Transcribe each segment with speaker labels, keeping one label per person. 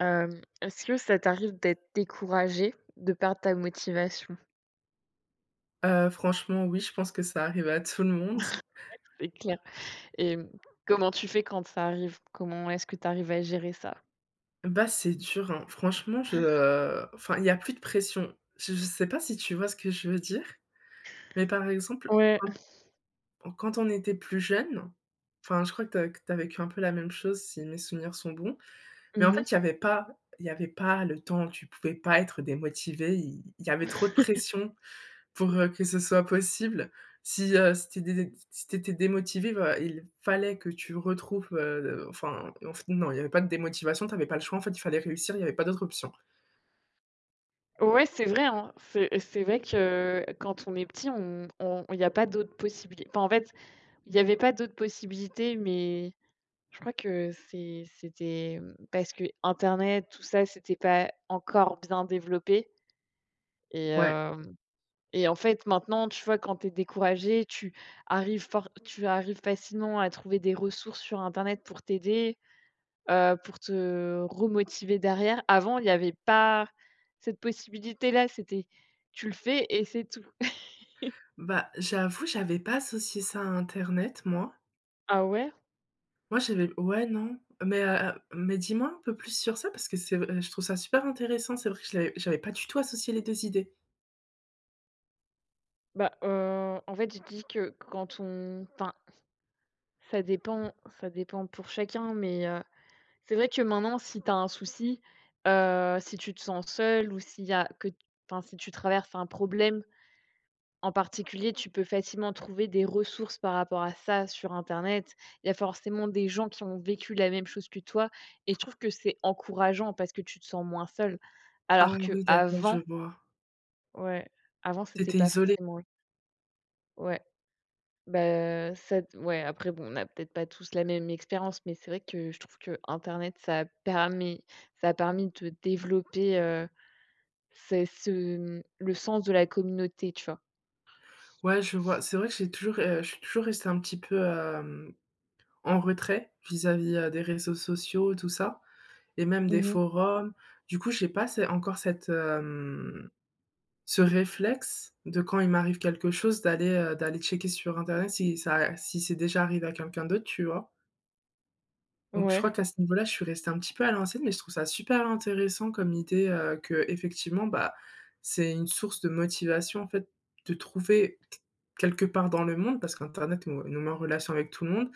Speaker 1: Est-ce que ça t'arrive d'être découragé, de perdre ta motivation?
Speaker 2: Franchement, oui, je pense que ça arrive à tout le monde.
Speaker 1: C'est clair. Et comment tu fais quand ça arrive? Comment est-ce que tu arrives à gérer ça?
Speaker 2: Bah, c'est dur, hein. Franchement, enfin, il y a plus de pression. Je sais pas si tu vois ce que je veux dire, mais par exemple,
Speaker 1: Ouais.
Speaker 2: quand quand on était plus jeune, enfin, je crois que tu as vécu un peu la même chose si mes souvenirs sont bons, mais en
Speaker 1: Mmh.
Speaker 2: fait, il y avait pas le temps, tu pouvais pas être démotivé, il y avait trop de pression. Pour, que ce soit possible, si tu démotivé, bah, il fallait que tu retrouves, enfin, en fait, non, il y avait pas de démotivation, t'avais pas le choix, en fait, il fallait réussir, il y avait pas d'autre option.
Speaker 1: Ouais, c'est vrai, hein. C'est vrai que quand on est petit, on il n'y a pas d'autres possibilités. Enfin, en fait, il n'y avait pas d'autres possibilités, mais je crois que c'était, parce que Internet, tout ça, c'était pas encore bien développé et
Speaker 2: Ouais.
Speaker 1: hem Et en fait, maintenant, tu vois, quand tu es découragé, tu arrives facilement à trouver des ressources sur internet pour t'aider, pour te remotiver derrière. Avant, il y avait pas cette possibilité-là, c'était tu le fais et c'est tout.
Speaker 2: Bah, j'avoue, j'avais pas associé ça à internet, moi.
Speaker 1: Ah ouais?
Speaker 2: Moi, j'avais ouais, non, mais dis-moi un peu plus sur ça parce que c'est v je trouve ça super intéressant. C'est vrai que je l'avais j'avais pas du tout associé les 2 idées.
Speaker 1: Bah, en fait, je dis que quand on enfin, ça dépend ça dépend pour chacun, mais, c'est vrai que maintenant, si tu as un souci, si tu te sens seul ou s'il y a que enfin, si tu traverses un problème en particulier, tu peux facilement trouver des ressources par rapport à ça sur internet. Il y a forcément des gens qui ont vécu la même chose que toi, et je trouve que c'est encourageant parce que tu te sens moins seul.
Speaker 2: Ah
Speaker 1: Alors que
Speaker 2: oui, d'accord, je
Speaker 1: avant,
Speaker 2: vois.
Speaker 1: ouais, avant
Speaker 2: Tu
Speaker 1: c'était
Speaker 2: étais
Speaker 1: pas
Speaker 2: isolé.
Speaker 1: forcément, ouais, bah, ça, ouais, après bon, on n'a peut-être pas tous la même expérience, mais c'est vrai que je trouve que internet, ça a permis de développer, c'est ce, mmh, le sens de la communauté, tu vois?
Speaker 2: Ouais, je vois. C'est vrai que je suis toujours restée un petit peu, hem en retrait vis-à-vis, des réseaux sociaux, tout ça et même des
Speaker 1: Mhm.
Speaker 2: forums. Du coup, j'ai pas ce encore cette, hem, ce réflexe de quand il m'arrive quelque chose d'aller checker sur internet si c'est déjà arrivé à quelqu'un d'autre, tu vois? Donc je
Speaker 1: Ouais.
Speaker 2: crois qu'à ce niveau-là, je suis restée un petit peu à l'ancienne, mais je trouve ça super intéressant comme idée, que effectivement bah, c'est une source de motivation, en fait, de trouver quelque part dans le monde, parce qu'internet nous nous met en relation avec tout le monde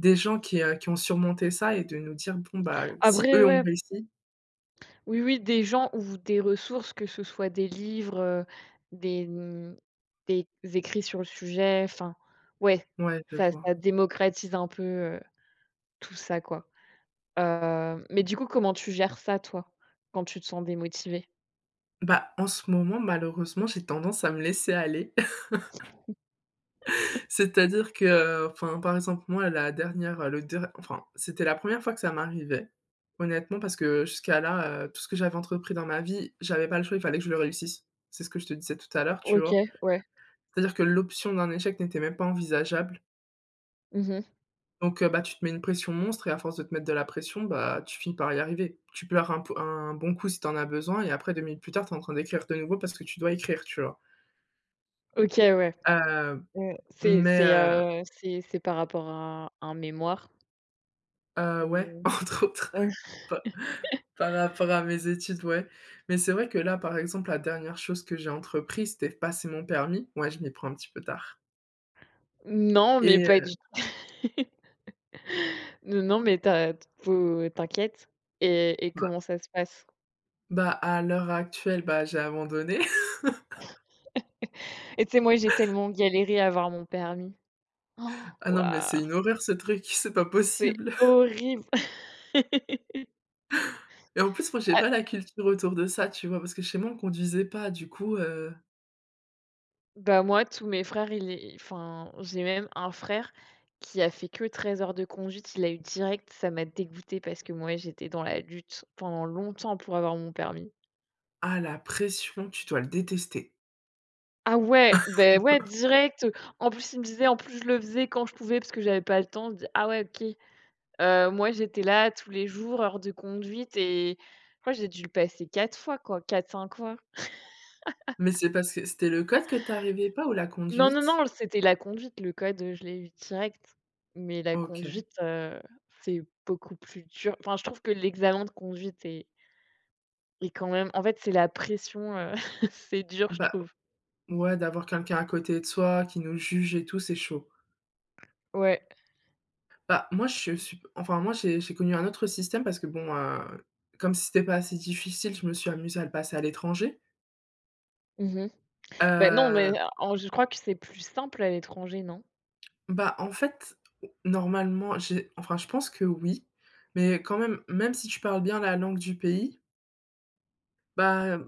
Speaker 2: des gens qui ont surmonté ça et de nous dire: «Bon, bah, si
Speaker 1: Après,
Speaker 2: eux ont
Speaker 1: ouais.
Speaker 2: réussi».
Speaker 1: Oui, oui, des gens ou des ressources, que ce soit des livres, des, mmh, des écrits sur le sujet, enfin, ouais,
Speaker 2: Ouais, je
Speaker 1: ça
Speaker 2: vois.
Speaker 1: démocratise un peu, heu, tout ça, quoi. Mais du coup, comment tu gères ça, toi, quand tu te sens démotivé?
Speaker 2: Bah, en ce moment, malheureusement, j'ai tendance à me laisser aller. C'est-à-dire enfin, par exemple, moi, la dernière, le der enfin, c'était la première fois que ça m'arrivait, honnêtement, parce que jusqu'à là, tout ce que j'avais entrepris dans ma vie, j'avais pas le choix, il fallait que je le réussisse. C'est ce que je te disais tout à l'heure, tu
Speaker 1: OK,
Speaker 2: vois?
Speaker 1: ouais.
Speaker 2: C'est-à-dire que l'option d'un échec n'était même pas envisageable.
Speaker 1: Mmh.
Speaker 2: Bah, tu te mets une pression monstre et à force de te mettre de la pression, bah, tu finis par y arriver. Tu pleures un bon coup si tu en as besoin et après 2 minutes plus tard, tu es en train d'écrire de nouveau parce que tu dois écrire, tu vois?
Speaker 1: OK, ouais.
Speaker 2: Heu,
Speaker 1: Heu, c'est
Speaker 2: mais
Speaker 1: c'est,
Speaker 2: heu
Speaker 1: heu, c'est c'est par rapport à un mémoire
Speaker 2: ouais,
Speaker 1: ou?
Speaker 2: entre autres,
Speaker 1: Ouais.
Speaker 2: pa par rapport à mes études, ouais. Mais c'est vrai que là, par exemple, la dernière chose que j'ai entreprise, c'était passer mon permis. Ouais, je m'y prends un petit peu tard
Speaker 1: Non, mais
Speaker 2: et
Speaker 1: pas
Speaker 2: heu,
Speaker 1: du tout. Non, non, mais tu, faut t'inquiète. Et
Speaker 2: bah
Speaker 1: comment ça se passe?
Speaker 2: bah, à l'heure actuelle, bah, j'ai abandonné.
Speaker 1: Et tu sais, moi, j'ai tellement galéré à avoir mon permis. Oh,
Speaker 2: Ah non, mais c'est
Speaker 1: waouh,
Speaker 2: une horreur ce truc, c'est pas
Speaker 1: c'est
Speaker 2: possible.
Speaker 1: horrible.
Speaker 2: Et en plus, moi, j'ai
Speaker 1: Ah,
Speaker 2: pas la culture autour de ça, tu vois? Parce que chez moi, on conduisait pas, du coup,
Speaker 1: bah, moi, tous mes frères, j'ai même un frère qui a fait que 13 heures de conduite, il a eu direct. Ça m'a dégoûté parce que moi, j'étais dans la lutte pendant longtemps pour avoir mon permis.
Speaker 2: ah, la pression, tu dois le détester.
Speaker 1: Ah ouais, ben ouais, direct. En plus, il me disait: «En plus, je le faisais quand je pouvais parce que j'avais pas le temps». Je dis: «Ah ouais, OK». Moi, j'étais là tous les jours, heures de conduite, et je crois que j'ai dû le passer 4 fois, quoi, quatre cinq fois.
Speaker 2: Mais c'est parce que c'était le code que t'arrivais pas ou la
Speaker 1: Non, non,
Speaker 2: conduite?
Speaker 1: non, c'était la conduite. Le code, je l'ai eu direct. Mais la
Speaker 2: OK.
Speaker 1: conduite, c'est beaucoup plus dur. Enfin, je trouve que l'examen de conduite est quand même, en fait, c'est la pression, c'est dur, je
Speaker 2: Bah,
Speaker 1: trouve.
Speaker 2: ouais, d'avoir quelqu'un à côté de soi qui nous juge et tout, c'est chaud.
Speaker 1: Ouais.
Speaker 2: Bah, moi, je suis enfin, moi, j'ai connu un autre système parce que comme si c'était pas assez difficile, je me suis amusée à le passer à l'étranger.
Speaker 1: Mmh. Bah, non, mais
Speaker 2: Heu
Speaker 1: en je crois que c'est plus simple à l'étranger, non?
Speaker 2: Bah, en fait, normalement, j'ai enfin, je pense que oui, mais quand même, même si tu parles bien la langue du pays, bah,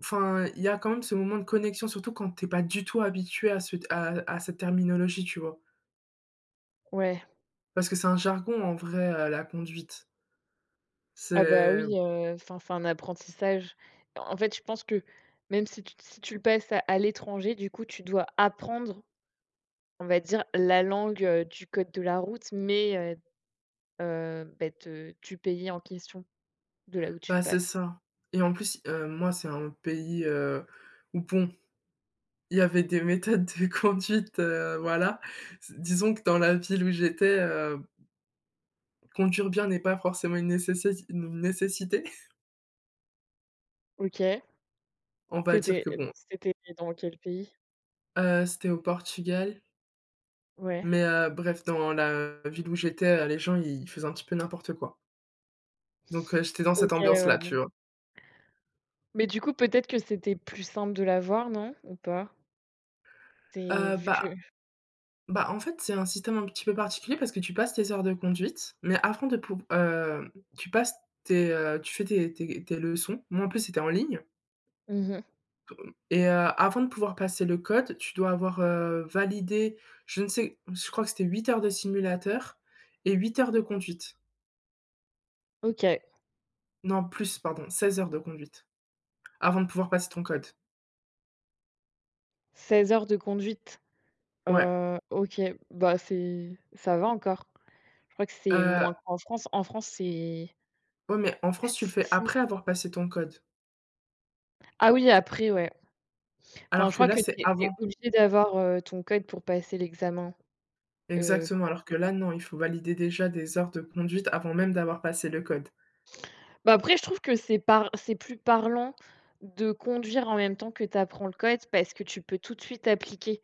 Speaker 2: enfin, il y a quand même ce moment de connexion, surtout quand t'es pas du tout habitué à ce à cette terminologie, tu vois?
Speaker 1: Ouais.
Speaker 2: Parce que c'est un jargon en vrai, la conduite.
Speaker 1: Ah bah,
Speaker 2: C'est
Speaker 1: oui, enfin, c'est un apprentissage. En fait, je pense que même si tu le passes à l'étranger, du coup, tu dois apprendre, on va dire, la langue, du code de la route. Bah, te du pays en question, de là où tu le
Speaker 2: c'est
Speaker 1: passes.
Speaker 2: ça et en plus, moi, c'est un pays, où bon, il y avait des méthodes de conduite, voilà. Disons que dans la ville où j'étais, conduire bien n'est pas forcément une nécessité.
Speaker 1: OK.
Speaker 2: On va dire
Speaker 1: C'était,
Speaker 2: que
Speaker 1: euh,
Speaker 2: bon,
Speaker 1: c'était dans quel pays?
Speaker 2: c'était au Portugal,
Speaker 1: Ouais.
Speaker 2: bref, dans la ville où j'étais, les gens, ils faisaient un petit peu n'importe quoi. J'étais dans
Speaker 1: OK,
Speaker 2: cette
Speaker 1: ouais,
Speaker 2: ambiance-là,
Speaker 1: bon.
Speaker 2: tu vois?
Speaker 1: Mais du coup, peut-être que c'était plus simple de l'avoir, non? Ou pas? C'est
Speaker 2: Heu,
Speaker 1: vu que
Speaker 2: bah En fait, c'est un système un petit peu particulier parce que tu passes tes heures de conduite, mais avant de pou tu passes tu fais tes leçons. Moi, en plus, c'était en ligne.
Speaker 1: mmh
Speaker 2: Et heu, Avant de pouvoir passer le code, tu dois avoir, validé, je ne sais je crois que c'était 8 heures de simulateur et 8 heures de conduite.
Speaker 1: OK.
Speaker 2: Non, plus, pardon, 16 heures de conduite avant de pouvoir passer ton code.
Speaker 1: 16 heures de conduite.
Speaker 2: Ouais,
Speaker 1: OK. Bah, c'est ça va encore. Je crois que c'est moins
Speaker 2: heu,
Speaker 1: qu'en France. En France, c'est
Speaker 2: ouais, mais en
Speaker 1: ah
Speaker 2: France, tu le
Speaker 1: si,
Speaker 2: fais
Speaker 1: si.
Speaker 2: après avoir passé ton code,
Speaker 1: Ah oui, après, ouais. Enfin,
Speaker 2: alors
Speaker 1: je
Speaker 2: que
Speaker 1: crois
Speaker 2: là,
Speaker 1: que
Speaker 2: c'est
Speaker 1: tu es
Speaker 2: avant.
Speaker 1: obligé d'avoir, ton code pour passer l'examen,
Speaker 2: Exactement, alors
Speaker 1: pratique.
Speaker 2: que là, non, il faut valider déjà des heures de conduite avant même d'avoir passé le code.
Speaker 1: Bah, après, je trouve que c'est plus parlant de conduire en même temps que tu apprends le code, parce que tu peux tout de suite appliquer.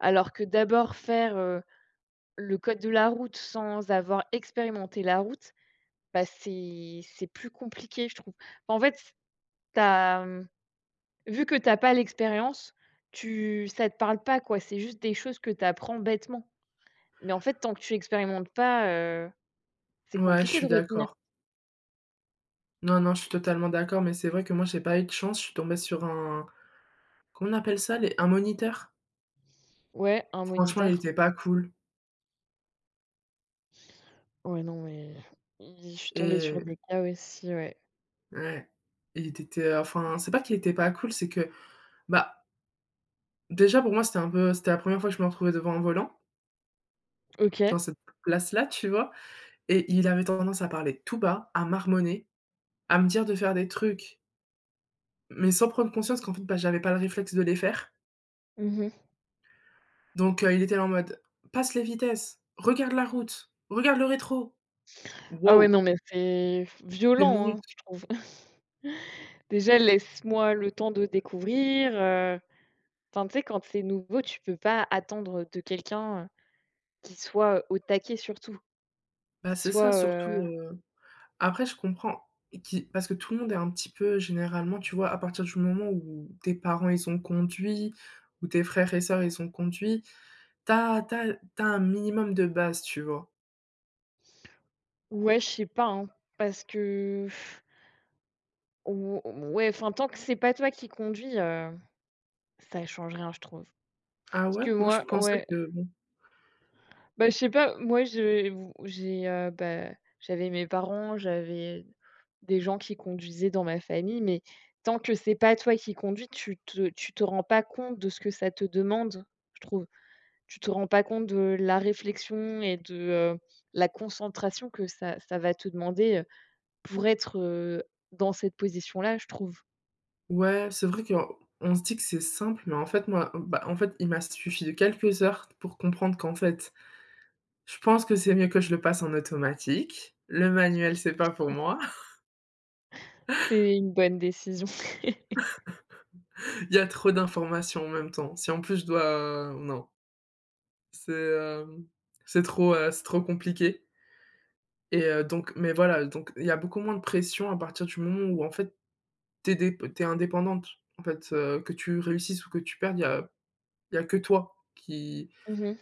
Speaker 1: Alors que d'abord faire, le code de la route sans avoir expérimenté la route, bah, c'est plus compliqué, je trouve. En fait, t'as tu mmh, vu que t'as pas l'expérience, tu ça te parle pas, quoi. C'est juste des choses que tu apprends bêtement. Mais en fait, tant que tu expérimentes pas, c'est
Speaker 2: Ouais, je
Speaker 1: compliqué de
Speaker 2: suis
Speaker 1: retenir.
Speaker 2: d'accord. Non, non, je suis totalement d'accord, mais c'est vrai que moi, j'ai pas eu de chance, je suis tombée sur un comment on appelle ça? Les Un moniteur?
Speaker 1: Ouais, un
Speaker 2: Franchement, il
Speaker 1: moniteur.
Speaker 2: était pas cool.
Speaker 1: Ouais, non, mais je suis tombée sur
Speaker 2: Et
Speaker 1: des cas aussi, ouais.
Speaker 2: ouais, il était enfin, c'est pas qu'il était pas cool, c'est que, bah, déjà pour moi, c'était un peu c'était la première fois que je me retrouvais devant un volant,
Speaker 1: OK.
Speaker 2: dans cette place-là, tu vois? Et il avait tendance à parler tout bas, à marmonner, à me dire de faire des trucs, mais sans prendre conscience qu'en fait, bah, j'avais pas le réflexe de les faire.
Speaker 1: Mmh mh.
Speaker 2: Il était là en mode: «Passe les vitesses, regarde la route, regarde le rétro».
Speaker 1: Ah ouais,
Speaker 2: Waouh!
Speaker 1: non, mais c'est
Speaker 2: deux
Speaker 1: violent, hein,
Speaker 2: minutes.
Speaker 1: je trouve. Déjà, laisse-moi le temps de découvrir, enfin, tu sais, quand c'est nouveau, tu peux pas attendre de quelqu'un, qu'il soit au taquet surtout,
Speaker 2: Bah,
Speaker 1: qu'il
Speaker 2: c'est ça
Speaker 1: soit,
Speaker 2: surtout,
Speaker 1: heu
Speaker 2: après, je comprends qui parce que tout le monde est un petit peu généralement, tu vois, à partir du moment où tes parents, ils ont conduit, ou tes frères et sœurs, ils ont conduit, tu as un minimum de base, tu vois?
Speaker 1: ouais, je sais pas, hein, parce que ou ouais, enfin, tant que c'est pas toi qui conduis, ça change rien, je trouve.
Speaker 2: Ah
Speaker 1: Parce
Speaker 2: ouais?
Speaker 1: que
Speaker 2: Moi,
Speaker 1: moi,
Speaker 2: je pensais
Speaker 1: ouais.
Speaker 2: que bon…
Speaker 1: Bah, je sais pas, moi je v j'ai, bah, j'avais mes parents, j'avais des gens qui conduisaient dans ma famille, mais tant que c'est pas toi qui conduis, tu te rends pas compte de ce que ça te demande, je trouve. Tu te rends pas compte de la réflexion et de, heu, la concentration que ça va te demander, pour être, dans cette position-là, je trouve.
Speaker 2: Ouais, c'est vrai qu'on se dit que c'est simple, mais en fait, moi, bah, en fait, il m'a suffi de quelques heures pour comprendre qu'en fait, je pense que c'est mieux que je le passe en automatique. Le manuel, c'est pas pour moi.
Speaker 1: C'est une bonne décision.
Speaker 2: Il y a trop d'informations en même temps. Si en plus je dois non. C'est, hem, c'est trop compliqué et donc mais voilà, donc il y a beaucoup moins de pression à partir du moment où en fait t'es indépendante. En fait, que tu réussisses ou que tu perdes, il y a que toi
Speaker 1: Mmh mh.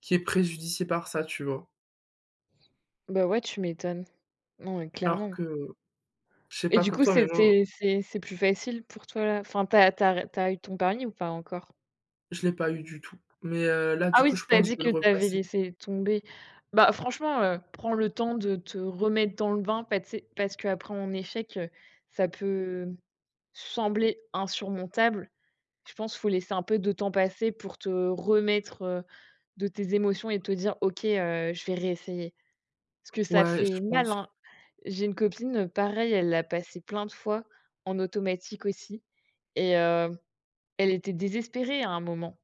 Speaker 2: qui est préjudicié par ça, tu vois?
Speaker 1: Bah, ouais, tu m'étonnes. Non, mais
Speaker 2: Alors
Speaker 1: clairement.
Speaker 2: que je sais
Speaker 1: Et
Speaker 2: pas
Speaker 1: du
Speaker 2: pour
Speaker 1: coup,
Speaker 2: toi, mais
Speaker 1: c'est
Speaker 2: moi,
Speaker 1: c'est c'est c'est plus facile pour toi là? Enfin, tu as eu ton permis ou pas encore?
Speaker 2: je l'ai pas eu du tout. Là,
Speaker 1: Ah
Speaker 2: du
Speaker 1: oui,
Speaker 2: coup, je
Speaker 1: tu as
Speaker 2: pense que
Speaker 1: dit
Speaker 2: je
Speaker 1: que
Speaker 2: vais le
Speaker 1: tu avais
Speaker 2: repasser.
Speaker 1: laissé tomber. Bah, franchement, prends le temps de te remettre dans le bain, parce qu'après un échec, ça peut sembler insurmontable. Je pense, faut laisser un peu de temps passer pour te remettre, de tes émotions et te dire: «OK, je vais réessayer». Parce que ça
Speaker 2: Ouais, je
Speaker 1: fait mal,
Speaker 2: pense.
Speaker 1: hein. J'ai une copine, pareil, elle l'a passé plein de fois, en automatique aussi, et elle était désespérée à un moment.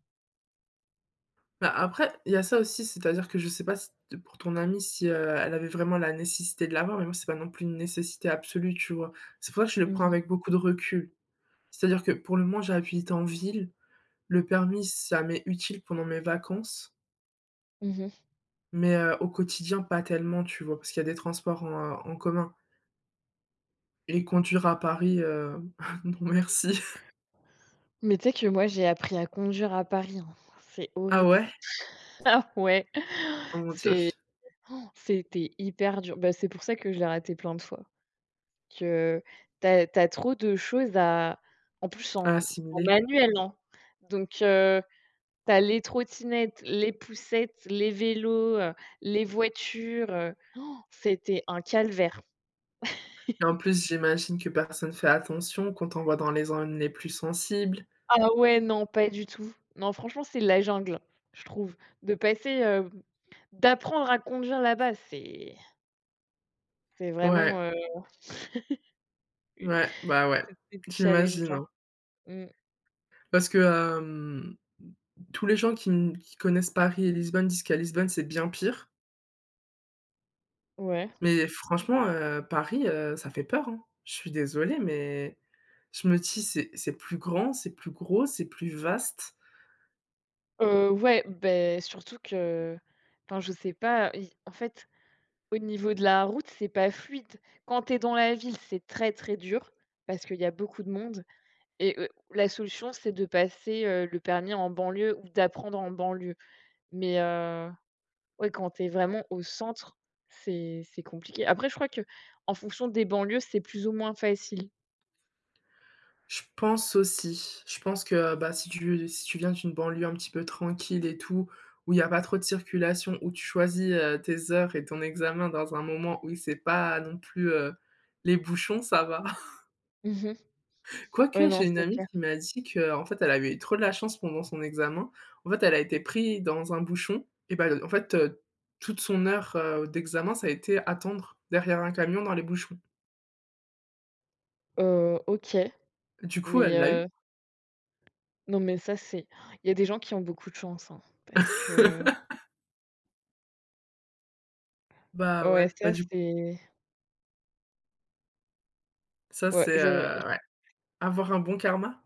Speaker 2: Bah, après, il y a ça aussi, c'est-à-dire que je sais pas si t pour ton amie si elle avait vraiment la nécessité de l'avoir, mais moi, c'est pas non plus une nécessité absolue, tu vois? C'est pour ça que je le
Speaker 1: Mmh
Speaker 2: prends
Speaker 1: mh.
Speaker 2: avec beaucoup de recul. C'est-à-dire que pour le moment, j'habite en ville, le permis, ça m'est utile pendant mes vacances,
Speaker 1: Mmh.
Speaker 2: au quotidien, pas tellement, tu vois? Parce qu'il y a des transports en commun et conduire à Paris, non merci.
Speaker 1: Mais tu sais que moi, j'ai appris à conduire à Paris, hein. C'est
Speaker 2: Ah
Speaker 1: horrible.
Speaker 2: ouais?
Speaker 1: Ouais,
Speaker 2: Oh mon Dieu,
Speaker 1: c'est c'était hyper dur. Bah, c'est pour ça que je l'ai raté plein de fois, que t'as trop de choses à, en plus,
Speaker 2: à
Speaker 1: en
Speaker 2: assimiler
Speaker 1: manuel, hein. Donc tu les trottinettes, les poussettes, les vélos, les voitures, c'était un calvaire.
Speaker 2: et en plus, j'imagine que personne fait attention, qu'on t'envoie dans les zones les plus sensibles.
Speaker 1: Ah ouais, non, pas du tout. Non, franchement, c'est la jungle, je trouve. De passer, hem, D'apprendre à conduire là-bas, c'est vraiment,
Speaker 2: Ouais.
Speaker 1: u
Speaker 2: Ouais, bah, ouais,
Speaker 1: c'était
Speaker 2: j'imagine,
Speaker 1: challengeant.
Speaker 2: hein.
Speaker 1: Mmh,
Speaker 2: Parce que tous les gens qui connaissent Paris et Lisbonne disent qu'à Lisbonne, c'est bien pire.
Speaker 1: ouais.
Speaker 2: Mais franchement, Paris, ça fait peur, hein. Je suis désolée, mais je me dis: C'est plus grand, c'est plus gros, c'est plus vaste».
Speaker 1: Ouais, ben surtout que enfin, je sais pas, i en fait, au niveau de la route, c'est pas fluide. Quand t'es dans la ville, c'est très, très dur parce qu'il y a beaucoup de monde, et la solution, c'est de passer, le permis en banlieue ou d'apprendre en banlieue. mais heu Ouais, quand tu es vraiment au centre, c'est compliqué. Après, je crois que en fonction des banlieues, c'est plus ou moins facile.
Speaker 2: Je pense aussi, je pense que, bah, si tu viens d'une banlieue un petit peu tranquille et tout, où il y a pas trop de circulation, où tu choisis, tes heures et ton examen dans un moment où c'est pas non plus, les bouchons, ça va.
Speaker 1: Mmh. Ouais,
Speaker 2: Quoique,
Speaker 1: non,
Speaker 2: j'ai une
Speaker 1: c'est
Speaker 2: amie
Speaker 1: clair.
Speaker 2: qui m'a dit que en fait, elle avait eu trop de la chance pendant son examen. En fait, elle a été prise dans un bouchon et bah, en fait, toute son heure, d'examen, ça a été attendre derrière un camion dans les bouchons.
Speaker 1: OK,
Speaker 2: Du coup,
Speaker 1: mais
Speaker 2: elle l'a eu.
Speaker 1: heu, non, mais ça, c'est il y a des gens qui ont beaucoup de chance, hein, parce que
Speaker 2: Bah,
Speaker 1: ouais,
Speaker 2: ouais, bah,
Speaker 1: ça,
Speaker 2: du coup,
Speaker 1: c'est,
Speaker 2: ça
Speaker 1: ouais,
Speaker 2: c'est,
Speaker 1: j'aurais.
Speaker 2: avoir un bon karma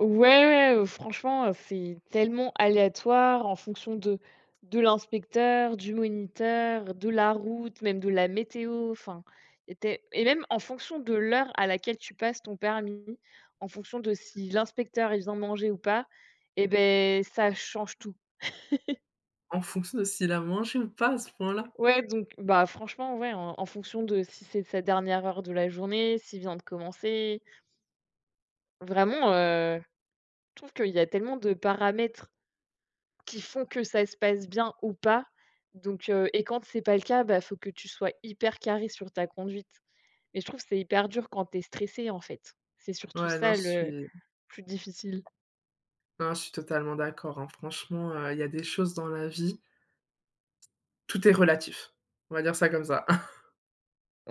Speaker 1: Ouais, ouais, franchement, c'est tellement aléatoire en fonction de l'inspecteur, du moniteur, de la route, même de la météo, enfin, il était et même en fonction de l'heure à laquelle tu passes ton permis, en fonction de si l'inspecteur, il vient manger ou pas, et ben, ça change tout.
Speaker 2: en fonction de s'il a mangé ou pas à ce point-là.
Speaker 1: Ouais, donc bah, franchement, ouais, en fonction de si c'est sa dernière heure de la journée, s'il vient de commencer, vraiment, je trouve qu'il y a tellement de paramètres qui font que ça se passe bien ou pas. Donc et quand c'est pas le cas, bah, faut que tu sois hyper carré sur ta conduite. Mais je trouve que c'est hyper dur quand t'es stressé, en fait. C'est surtout
Speaker 2: Ouais, non,
Speaker 1: ça
Speaker 2: je
Speaker 1: le
Speaker 2: suis
Speaker 1: plus difficile.
Speaker 2: non, je suis totalement d'accord, hein. Franchement, il y a des choses dans la vie, tout est relatif. On va dire ça comme ça.